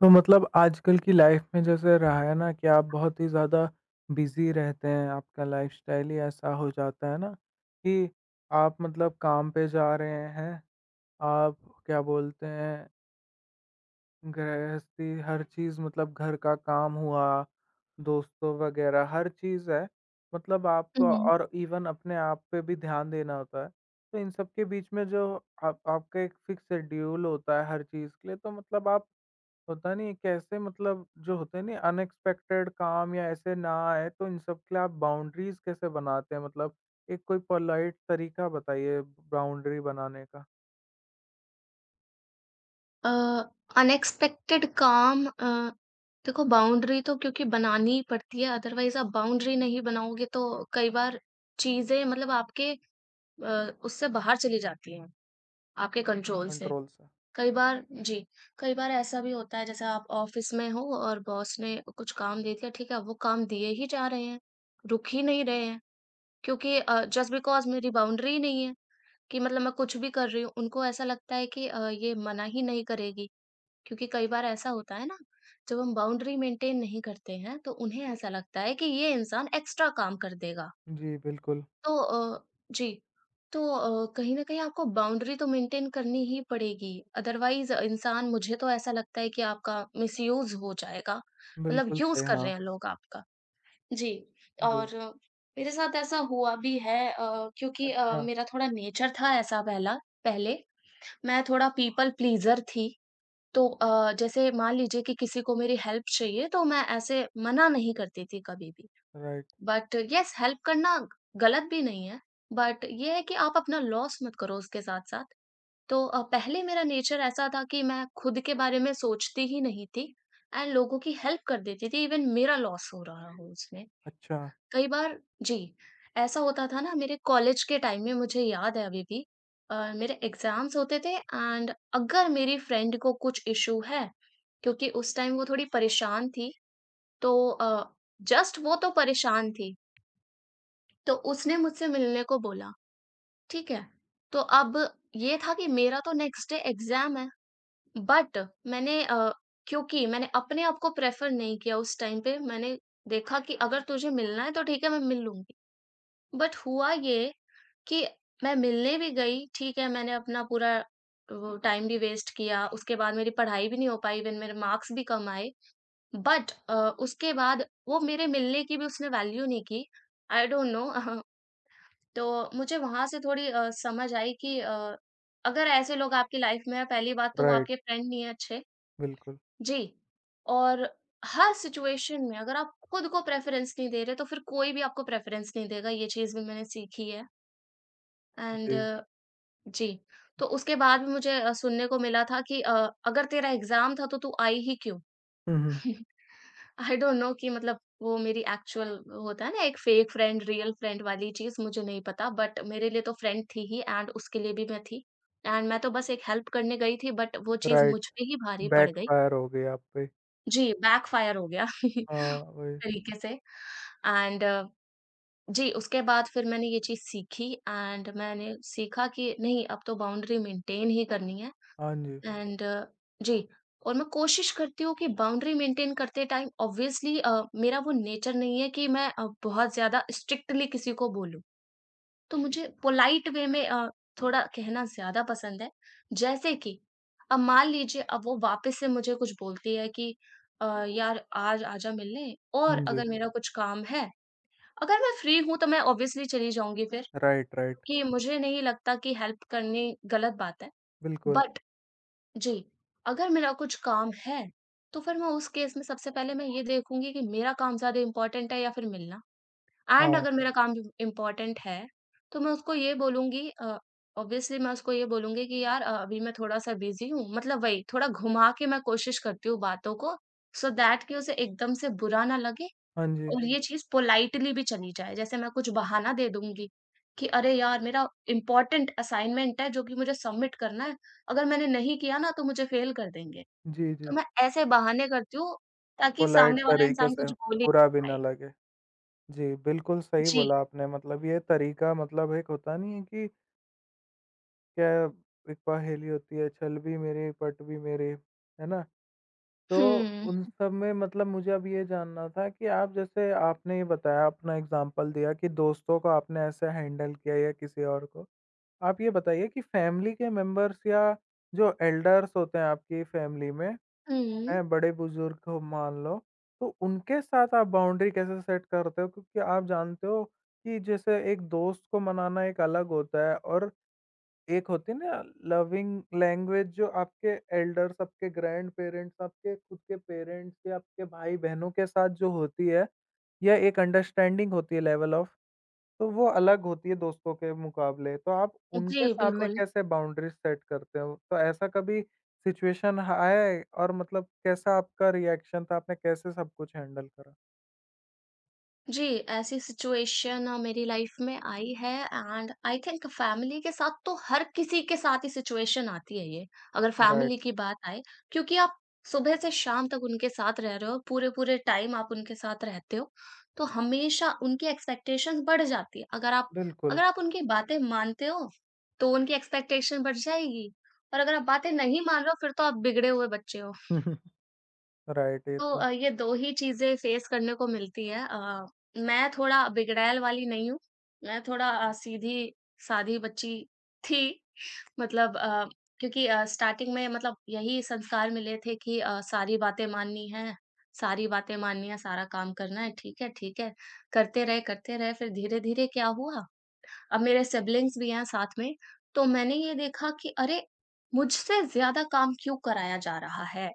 तो मतलब आजकल की लाइफ में जैसे रहा है ना कि आप बहुत ही ज़्यादा बिज़ी रहते हैं, आपका लाइफ़स्टाइल ही ऐसा हो जाता है ना कि आप मतलब काम पे जा रहे हैं, आप क्या बोलते हैं गृहस्थी हर चीज़ मतलब घर का काम हुआ, दोस्तों वग़ैरह हर चीज़ है। मतलब आपको हुँ। और इवन अपने आप पे भी ध्यान देना होता है। तो इन सब के बीच में जो आप आपका एक फ़िक्स शेड्यूल होता है हर चीज़ के लिए, तो मतलब आप पता नहीं है, कैसे मतलब जो होते हैं ना अनएक्सपेक्टेड काम या ऐसे ना आए तो इन सब के लिए आप बाउंड्रीज कैसे बनाते हैं मतलब एक कोई पोलाइट तरीका बताइए बाउंड्री बनाने का। अ, अनएक्सपेक्टेड काम देखो बाउंड्री तो क्योंकि बनानी ही पड़ती है, अदरवाइज़ आप बाउंड्री नहीं बनाओगे तो कई बार चीज़ें मतलब आपके उससे बाहर चली जाती हैं, आपके कंट्रोल से। कंट्रोल से। कई बार जी, कई बार ऐसा भी होता है जैसे आप ऑफ़िस में हो और बॉस ने कुछ काम दे दिया, ठीक है, वो काम दिए ही जा रहे हैं, रुक ही नहीं रहे हैं क्योंकि जस्ट बिकॉज़ मेरी बाउंड्री ही नहीं है कि मतलब मैं कुछ भी कर रही हूँ, उनको ऐसा लगता है कि ये मना ही नहीं करेगी। क्योंकि कई बार ऐसा होता है ना, जब हम बाउंड्री मेंटेन नहीं करते हैं, तो उन्हें ऐसा लगता है कि ये इंसान एक्स्ट्रा काम कर देगा। जी, बिल्कुल। तो जी, तो कहीं न कहीं आपको बाउंड्री तो मेंटेन करनी ही पड़ेगी, अदरवाइज़ इंसान मुझे तो ऐसा लगता है कि आपका मिसयूज़ हो जाएगा, मतलब बिल्कुल यूज़ सही, कर हाँ। रहे हैं लोग आपका। जी, जी। और मेरे साथ ऐसा हुआ भी है क्योंकि अच्छा। मेरा थोड़ा नेचर था ऐसा पहला पहले, मैं थोड़ा पीपल प्लीज़र थी। तो जैसे मान लीजिए कि किसी को मेरी हेल्प चाहिए तो मैं ऐसे मना नहीं करती थी कभी भी। राइट। बट येस हेल्प करना गलत भी नहीं है, बट ये है कि आप अपना लॉस मत करो उसके साथ-साथ। तो पहले मेरा नेचर ऐसा था कि मैं खुद के बारे में सोचती ही नहीं थी एंड लोगों की हेल्प कर देती थी इवन मेरा लॉस हो रहा हो उसमें। अच्छा। कई बार जी, ऐसा होता था ना मेरे कॉलेज के टाइम में मुझे याद है अभी भी मेरे एग्ज़ाम्स होते थे एंड अगर मेरी फ्रेंड को कुछ इश्यू है, क्योंकि उस टाइम वो थोड़ी परेशान थी, तो जस्ट वो तो परेशान थी, तो उसने मुझसे मिलने को बोला, ठीक है? तो अब ये था कि मेरा तो नेक्स्ट डे एग्ज़ाम है, बट मैंने अ, क्योंकि मैंने अपने आप को प्रेफ़र नहीं किया उस टाइम पे, मैंने देखा कि अगर तुझे मिलना है तो ठीक है मैं मिल लूँगी। बट हुआ ये कि मैं मिलने भी गई, ठीक है, मैंने अपना पूरा वो टाइम भी वेस्ट किया, उसके बाद मेरी पढ़ाई भी नहीं हो पाई, इवन मेरे मार्क्स भी कम आए। बट उसके बाद वो मेरे मिलने की भी उसने वैल्यू नहीं की, आई डोंट नो। तो मुझे वहाँ से थोड़ी समझ आई कि अगर ऐसे लोग आपकी लाइफ में हैं, पहली बात तो वो राइट, आपके फ्रेंड नहीं है अच्छे। बिल्कुल। जी, और हर सिचुएशन में अगर आप खुद को प्रेफ़रेंस नहीं दे रहे, तो फिर कोई भी आपको प्रेफ़रेंस नहीं देगा, ये चीज़ भी मैंने सीखी है। एंड जी। जी, तो उसके बाद भी मुझे सुनने को मिला था कि "अगर तेरा एग्ज़ाम था तो तू आई ही क्यों?" हुँ, हुँ। आई डोंट नो कि मतलब वो मेरी एक्चुअल होता है ना एक फेक फ्रेंड, रियल फ्रेंड वाली चीज़ मुझे नहीं पता बट मेरे लिए तो फ्रेंड थी ही एंड उसके लिए भी मैं थी। एंड मैं तो बस एक हेल्प करने गई थी बट वो चीज़ राइट, मुझ पे ही भारी पड़ गई। बैकफायर हो गई आप पे। जी, बैकफ़ायर हो गया। हाँ, वही। तरीके से एंड जी, उसके बाद फिर मैंने ये चीज़ सीखी एंड मैंने सीखा कि नहीं अब तो बाउंड्री मेंटेन ही करनी है। हाँ जी। एंड जी, और मैं कोशिश करती हूँ कि बाउंड्री मेंटेन करते टाइम ऑब्वियसली मेरा वो नेचर नहीं है कि मैं बहुत ज्यादा स्ट्रिक्टली किसी को बोलूँ तो मुझे पोलाइट वे में थोड़ा कहना ज्यादा पसंद है जैसे कि अब मान लीजिए अब वो वापस से मुझे कुछ बोलती है कि यार आज आजा मिलने हाँ और जी। अगर मेरा कुछ काम है अगर मैं फ्री हूँ तो मैं ऑब्वियसली चली जाऊंगी फिर राइट, राइट। क्योंकि मुझे नहीं लगता कि हेल्प करनी गलत बात है बिल्कुल। बट जी, अगर मेरा कुछ काम है, तो फिर मैं उस केस में सबसे पहले मैं ये देखूँगी कि मेरा काम ज़्यादा इम्पोर्टेंट है या फिर मिलना। एंड हाँ। अगर मेरा काम इम इम्पोर्टेंट है, तो मैं उसको ये बोलूँगी ऑब्वियसली मैं उसको ये बोलूँगी कि यार अभी मैं थोड़ा-सा बिज़ी हूँ, मतलब वही थोड़ा घुमा के मैं कोशिश करती हूँ बातों को, सो दैट कि उसे एकदम से बुरा ना लगे हाँ जी। और ये चीज़ पोलाइटली भी चली जाए, जैसे मैं कुछ बहाना दे दूँगी कि अरे यार मेरा इम्पोर्टेंट असाइनमेंट है जो कि मुझे सबमिट करना है, अगर मैंने नहीं किया ना तो मुझे फेल कर देंगे। जी, जी। तो मैं ऐसे बहाने करती हूँ ताकि पोलाइट सामने वाला तरीके इंसान से कुछ बोल ही बुरा ना भी ना पाए। लगे। जी, बिल्कुल सही जी। बोला आपने। मतलब ये तरीका मतलब एक होता नहीं है कि क्या, एक पहेली होती है, "छल भी मेरे पट भी मेरे", है ना? तो हुँ। उन सब में मतलब मुझे अब ये जानना था कि आप, जैसे आपने ये बताया, अपना एग्ज़ाम्पल दिया कि दोस्तों को आपने ऐसे हैंडल किया या किसी और को। आप ये बताइए कि फैमिली के मेंबर्स या जो एल्डर्स होते हैं आपकी फैमिली में हुँ। हैं, बड़े-बुज़ुर्ग को मान लो, तो उनके साथ आप बाउंड्री कैसे सेट करते हो? क्योंकि आप जानते हो कि जैसे एक दोस्त को मनाना एक अलग होता है और एक होती है ना लविंग लैंग्वेज जो आपके एल्डर्स, आपके ग्रैंडपेरेंट्स, आपके खुद के पेरेंट्स या आपके भाई-बहनों के साथ जो होती है, यह एक अंडरस्टैंडिंग होती है लेवल ऑफ तो वो अलग होती है दोस्तों के मुकाबले। तो आप उनके जी, सामने बिल्कुल। कैसे बाउंड्रीज़ सेट करते हो? तो ऐसा कभी सिचुएशन आए और मतलब कैसा आपका रिएक्शन था? आपने कैसे सब कुछ हैंडल करा? जी, ऐसी सिचुएशन मेरी लाइफ में आई है एंड आई थिंक फैमिली के साथ तो हर किसी के साथ ही सिचुएशन आती है ये, अगर राइट, फैमिली की बात आए क्योंकि आप सुबह से शाम तक उनके साथ रह रहे हो, पूरे-पूरे टाइम आप उनके साथ रहते हो, तो हमेशा उनकी एक्सपेक्टेशंस बढ़ जाती है। बिल्कुल। अगर आप उनकी बातें मानते हो, तो उनकी एक्सपेक्टेशन बढ़ जाएगी और अगर आप बातें नहीं मान रहे हो, फिर तो आप बिगड़े हुए बच्चे हो। राइट, ये तो तो। ये 2 ही चीज़ें फेस करने को मिलती है मैं थोड़ा बिगड़ैल वाली नहीं हूँ, मैं थोड़ा सीधी-सादी बच्ची थी मतलब क्योंकि स्टार्टिंग में मतलब यही संस्कार मिले थे कि सारी बातें माननी हैं, सारी बातें माननी है, सारा काम करना है, ठीक है, ठीक है, करते रहे, फिर धीरे-धीरे क्या हुआ, अब मेरे सिबलिंग्स भी हैं साथ में, तो मैंने ये देखा कि अरे! मुझसे ज़्यादा काम क्यों कराया जा रहा है?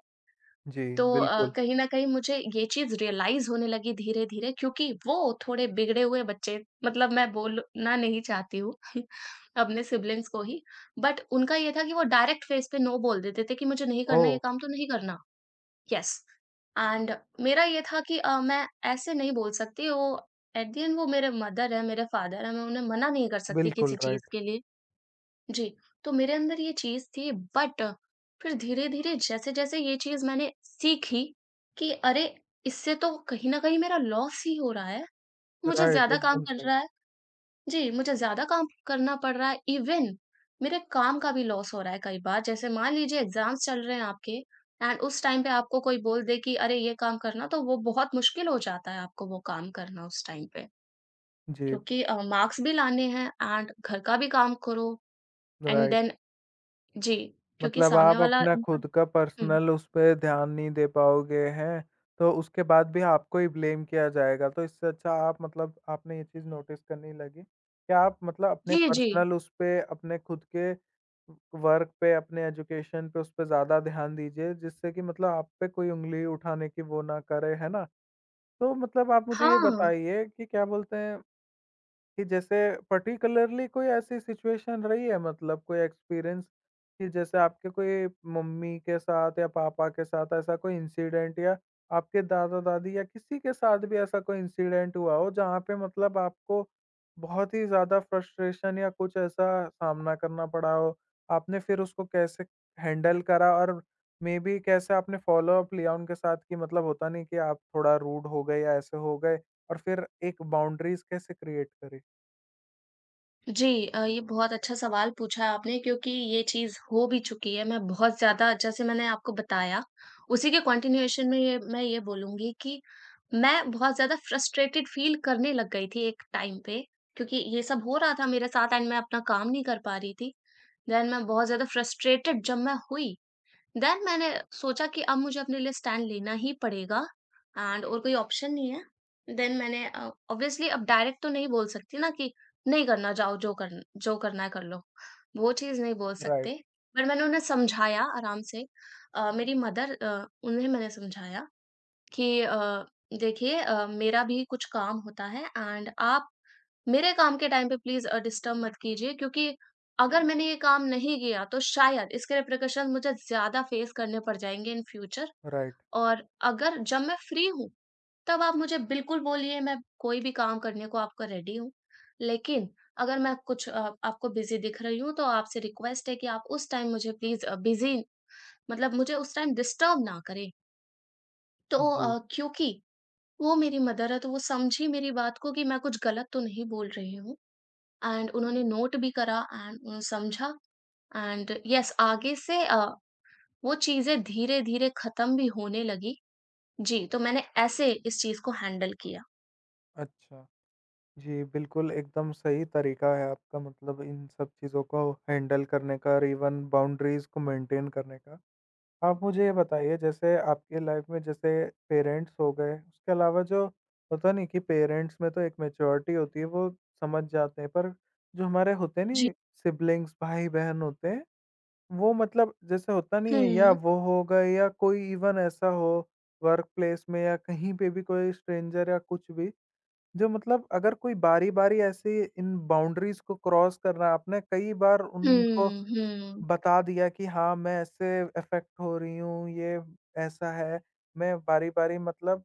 जी, तो बिल्कुल। कहीं न कहीं मुझे ये चीज़ रियलाइज़ होने लगी धीरे-धीरे क्योंकि वो थोड़े बिगड़े हुए बच्चे मतलब मैं बोलना नहीं चाहती हूँ अपने सिबलिंग्स को ही, बट उनका ये था कि वो डायरेक्ट फ़ेस पे नो बोल देते थे कि मुझे नहीं करना ओह! ये काम तो नहीं करना। येस एंड मेरा ये था कि मैं ऐसे नहीं बोल सकती वो एट द एंड वो मेरे मदर हैं, मेरे फादर हैं, मैं उन्हें मना नहीं कर सकती किसी बिल्कुल राइट। चीज़ के लिए। जी, तो मेरे अंदर ये चीज़ थी बट फिर धीरे-धीरे जैसे-जैसे ये चीज़ मैंने सीखी कि अरे! इससे तो कहीं न कहीं मेरा लॉस ही हो रहा है, मुझे राइट, ज़्यादा काम एकदम कर सही। रहा है जी, मुझे ज़्यादा काम करना पड़ रहा है इवन मेरे काम का भी लॉस हो रहा है कई बार। जैसे मान लीजिए एग्ज़ाम्स चल रहे हैं आपके एंड उस टाइम पे आपको कोई बोल दे कि अरे! ये काम करना तो वो बहुत मुश्किल हो जाता है आपको वो काम करना उस टाइम पे जी। क्योंकि मार्क्स भी लाने हैं एंड घर का भी काम करो एंड राइट। देन जी, क्योंकि मतलब सामने आप वाला अपना इंसान खुद का हुँ, पर्सनल उस पे ध्यान नहीं दे पाओगे, हैं? तो उसके बाद भी आपको ही ब्लेम किया जाएगा। तो इससे अच्छा आप मतलब आपने ये चीज़ नोटिस करने लगी कि आप मतलब अपने जी, जी। पर्सनल उस पे, अपने खुद के वर्क पे, अपने एजुकेशन पे उस पे ज़्यादा ध्यान दीजिए, जिससे कि मतलब आप पे कोई उँगली उठाने की वो ना करे, है ना? तो मतलब आप मुझे ये हाँ, बताइए कि क्या बोलते हैं कि जैसे पर्टिकुलरली कोई ऐसी सिचुएशन रही है मतलब कोई एक्सपीरियंस, कि जैसे आपके कोई मम्मी के साथ या पापा के साथ ऐसा कोई इंसिडेंट, या आपके दादा-दादी या किसी के साथ भी ऐसा कोई इंसिडेंट हुआ हो जहाँ पे मतलब आपको बहुत ही ज़्यादा फ्रस्ट्रेशन या कुछ ऐसा सामना करना पड़ा हो? आपने फिर उसको कैसे हैंडल करा और मे बी कैसे आपने फ़ॉलो-अप लिया उनके साथ कि मतलब होता नहीं कि आप थोड़ा रूड हो गए या ऐसे हो गए और फिर एक बाउंड्रीज़ कैसे क्रिएट करी? जी, ये बहुत अच्छा सवाल पूछा है आपने क्योंकि ये चीज़ हो भी चुकी है। मैं बहुत ज़्यादा जैसे मैंने आपको बताया, उसी के कंटिन्यूएशन में ये बोलूँगी कि मैं बहुत ज़्यादा फ्रस्ट्रेटेड फ़ील करने लग गई थी एक टाइम पे, क्योंकि ये सब हो रहा था मेरे साथ एंड मैं अपना काम नहीं कर पा रही थी। देन मैं बहुत ज़्यादा फ्रस्ट्रेटेड जब मैं हुई देन मैंने सोचा कि अब मुझे अपने लिए स्टैंड लेना ही पड़ेगा एंड और कोई ऑप्शन नहीं है। देन मैंने ऑब्वियसली अब डायरेक्ट तो नहीं बोल सकती ना कि नहीं करना जाओ जो करना है कर लो। वो चीज़ नहीं बोल राइट, सकते। पर मैंने उन्हें समझाया आराम से मेरी मदर उन्हें मैंने समझाया कि देखिए मेरा भी कुछ काम होता है एंड आप मेरे काम के टाइम पे प्लीज़ डिस्टर्ब मत कीजिए क्योंकि अगर मैंने ये काम नहीं किया तो शायद इसके रिperकशन मुझे ज़्यादा फेस करने पड़ जाएँगे इन फ्यूचर राइट। और अगर जब मैं फ्री हूँ, तब आप मुझे बिल्कुल बोलिए मैं कोई भी काम करने को आपका रेडी हूँ। लेकिन अगर मैं कुछ आपको बिज़ी दिख रही हूँ तो आपसे रिक्वेस्ट है कि आप उस टाइम मुझे प्लीज़ बिज़ी मतलब मुझे उस टाइम डिस्टर्ब ना करें। तो जी, क्योंकि वो मेरी मदर है तो वो समझी मेरी बात को कि मैं कुछ गलत तो नहीं बोल रही हूँ। एंड उन्होंने नोट भी करा एंड उन्हें समझा एंड यस आगे से वो चीज़ें धीरे-धीरे खत्म भी होने लगी। जी, तो मैंने ऐसे इस चीज़ को हैंडल किया। अच्छा। जी, बिल्कुल एकदम सही तरीका है आपका, मतलब इन सब चीज़ों को हैंडल करने का और इवन बाउंड्रीज़ को मेंटेन करने का। आप मुझे ये बताइए, जैसे आपकी लाइफ़ में जैसे पेरेंट्स हो गए, उसके अलावा जो होता नहीं कि पेरेंट्स में तो एक मैच्योरिटी होती है, वो समझ जाते हैं, पर जो हमारे होते जी। नहीं सिबलिंग्स, भाई-बहन होते हैं, वो मतलब जैसे होता नहीं है या हुँ, वो हो गए या कोई इवन ऐसा हो वर्क प्लेस में या कहीं पे भी कोई स्ट्रेंजर या कुछ भी, जो मतलब अगर कोई बारी-बारी ऐसे इन बाउंड्रीज को क्रॉस करना आपने कई बार उनको हुँ, हुँ। बता दिया कि हाँ, मैं इससे अफ़ेक्ट हो रही हूँ, ये ऐसा है। मैं बारी-बारी मतलब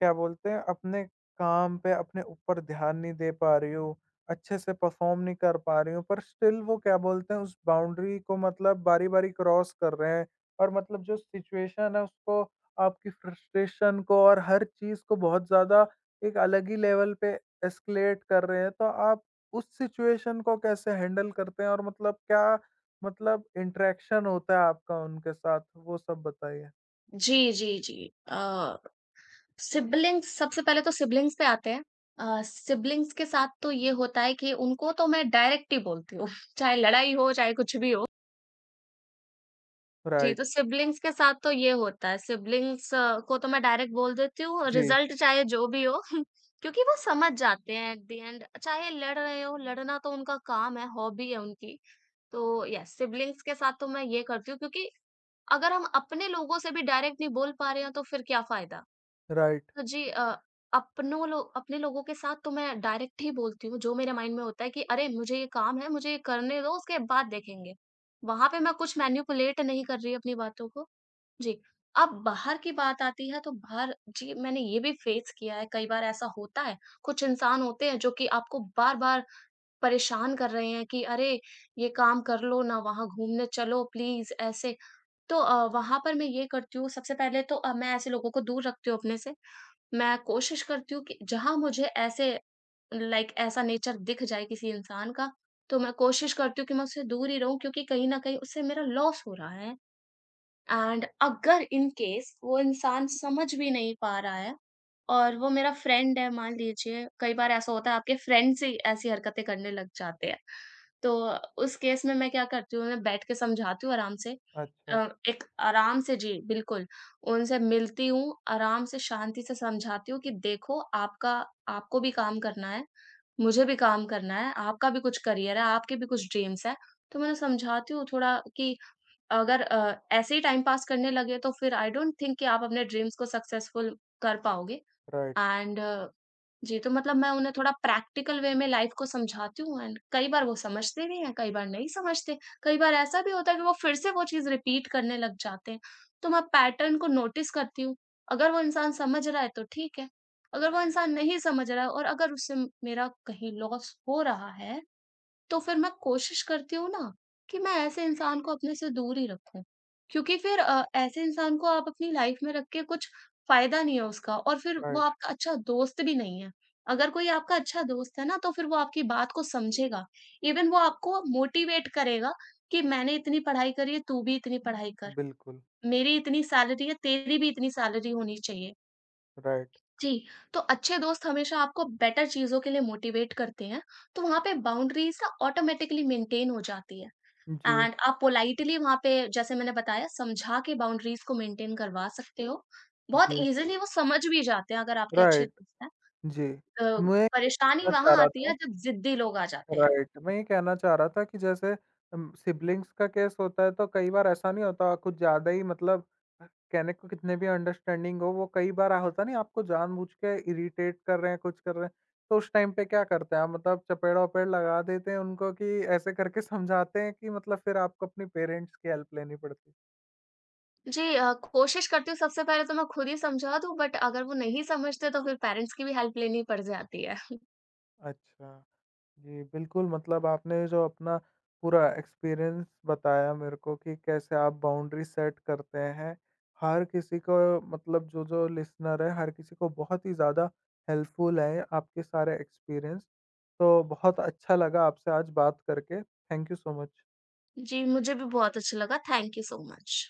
क्या बोलते हैं, अपने काम पे अपने ऊपर ध्यान नहीं दे पा रही हूँ, अच्छे से परफ़ॉर्म नहीं कर पा रही हूँ, पर स्टिल वो क्या बोलते हैं, उस बाउंड्री को मतलब बारी-बारी क्रॉस कर रहे हैं और मतलब जो सिचुएशन है, उसको, आपकी फ्रस्ट्रेशन को और हर चीज़ को बहुत ज़्यादा एक अलग ही लेवल पे एस्केलेट कर रहे हैं। तो आप उस सिचुएशन को कैसे हैंडल करते हैं और मतलब क्या मतलब इंटरेक्शन होता है आपका उनके साथ, वो सब बताइए? जी, जी, जी। सिबलिंग्स सबसे पहले तो सिबलिंग्स पे आते हैं। सिबलिंग्स के साथ तो ये होता है कि उनको तो मैं डायरेक्ट ही बोलती हूँ, चाहे लड़ाई हो, चाहे कुछ भी हो। जी, तो राइट। सिब्लिंग्स के साथ तो ये होता है, सिब्लिंग्स को तो मैं डायरेक्ट बोल देती हूँ, जी। रिज़ल्ट चाहे जो भी हो। क्योंकि वो समझ जाते हैं एट द एंड चाहे लड़ रहे हो, लड़ना तो उनका काम है, हॉबी है उनकी। तो यस, सिब्लिंग्स के साथ तो मैं ये करती हूँ क्योंकि अगर हम अपने लोगों से भी डायरेक्ट नहीं बोल पा रहे हैं, तो फिर क्या फ़ायदा? राइट। तो जी अपनों लो अपने लोगों के साथ तो मैं डायरेक्ट ही बोलती हूँ, जो मेरे माइंड में होता है कि अरे! मुझे ये काम है, मुझे ये करने दो, उसके बाद देखेंगे। वहाँ पे मैं कुछ मैनिपुलेट नहीं कर रही अपनी बातों को। जी। अब बाहर की बात आती है तो बाहर जी, मैंने ये भी फेस किया है, कई बार ऐसा होता है, कुछ इंसान होते हैं जो कि आपको बार-बार परेशान कर रहे हैं कि अरे! ये काम कर लो ना, वहाँ घूमने चलो प्लीज़ ऐसे। तो वहाँ पर मैं ये करती हूँ सबसे पहले तो मैं ऐसे लोगों को दूर रखती हूँ अपने से। मैं कोशिश करती हूँ कि जहाँ मुझे ऐसे लाइक ऐसा नेचर दिख जाए किसी इंसान का, तो मैं कोशिश करती हूँ कि मैं उससे दूर ही रहूँ क्योंकि कहीं न कहीं उससे मेरा लॉस हो रहा है। एंड अगर इन केस वो इंसान समझ भी नहीं पा रहा है और वो मेरा फ्रेंड है मान लीजिए, कई बार ऐसा होता है आपके फ्रेंड से ही ऐसी हरकतें करने लग जाते हैं, तो उस केस में मैं क्या करती हूँ, मैं बैठ के समझाती हूँ आराम से। अच्छा। एक आराम से जी बिल्कुल उनसे मिलती हूँ आराम से शांति से समझाती हूँ कि देखो आपका, आपको भी काम करना है, मुझे भी काम करना है, आपका भी कुछ करियर है, आपके भी कुछ ड्रीम्स है। तो मैं उन्हें समझाती हूँ थोड़ा कि अगर ऐसे ही टाइम पास करने लगे तो फिर आई डोंट थिंक कि आप अपने ड्रीम्स को सक्सेसफुल कर पाओगे। राइट, एंड जी तो मतलब मैं उन्हें थोड़ा प्रैक्टिकल वे में लाइफ को समझाती हूँ, एंड कई बार वो समझते भी हैं, कई बार नहीं समझते। कई बार ऐसा भी होता है कि वो फिर से वो चीज रिपीट करने लग जाते हैं, तो मैं पैटर्न को नोटिस करती हूँ। अगर वो इंसान समझ रहा है तो ठीक है, अगर वो इंसान नहीं समझ रहा है और अगर उससे मेरा कहीं लॉस हो रहा है, तो फिर मैं कोशिश करती हूँ ना कि मैं ऐसे इंसान को अपने से दूर ही रखूँ। क्योंकि फिर ऐसे इंसान को आप अपनी लाइफ में रख के कुछ फ़ायदा नहीं है उसका, और फिर वो राइट, आपका अच्छा दोस्त भी नहीं है। अगर कोई आपका अच्छा दोस्त है ना तो फिर वो आपकी बात को समझेगा। इवन वो आपको मोटिवेट करेगा कि मैंने इतनी पढ़ाई करी है, तू भी इतनी पढ़ाई कर। बिल्कुल। मेरी इतनी सैलरी है, तेरी भी इतनी सैलरी होनी चाहिए। राइट। जी, तो अच्छे दोस्त हमेशा आपको बेटर चीज़ों के लिए मोटिवेट करते हैं, तो वहाँ पे बाउंड्रीज़ ना ऑटोमैटिकली मेंटेन हो जाती है। जी, एंड आप पोलाइटली वहाँ पे जैसे मैंने बताया समझा के बाउंड्रीज़ को मेंटेन करवा सकते हो। बहुत जी। ईज़िली वो समझ भी जाते हैं अगर आपके अच्छे राइट। दोस्त हैं। जी। अ, मैं ये परेशानी कहना चाह वहाँ रहा आती था। है जब ज़िद्दी लोग आ जाते हैं। राइट, मैं ये कहना चाह रहा था कि जैसे सिबलिंग्स का केस होता है तो कई बार ऐसा नहीं होता, कुछ ज़्यादा ही मतलब कहने को कितने भी अंडरस्टैंडिंग हो, वो कई बार होता नहीं, आपको जानबूझ के इरिटेट कर रहे हैं, कुछ कर रहे हैं। तो उस टाइम पे क्या करते हैं आप, मतलब चपेड़ वपेड़ लगा देते हैं उनको कि ऐसे करके समझाते हैं कि मतलब फिर आपको अपनी पेरेंट्स की हेल्प लेनी पड़ती है? जी, कोशिश करती हूँ सबसे पहले तो मैं खुद ही समझा दूँ बट अगर वो नहीं समझते तो फिर पेरेंट्स की भी हेल्प लेनी पड़ जाती है। अच्छा। जी, बिल्कुल, मतलब आपने जो अपना पूरा एक्सपीरियंस बताया मेरे को कि कैसे आप बाउंड्री सेट करते हैं, हर किसी को, मतलब जो-जो लिसनर है, हर किसी को बहुत ही ज़्यादा हेल्पफुल है आपके सारे एक्सपीरियंस। तो बहुत अच्छा लगा आपसे आज बात करके। Thank you so much. जी, मुझे भी बहुत अच्छा लगा। Thank you so much.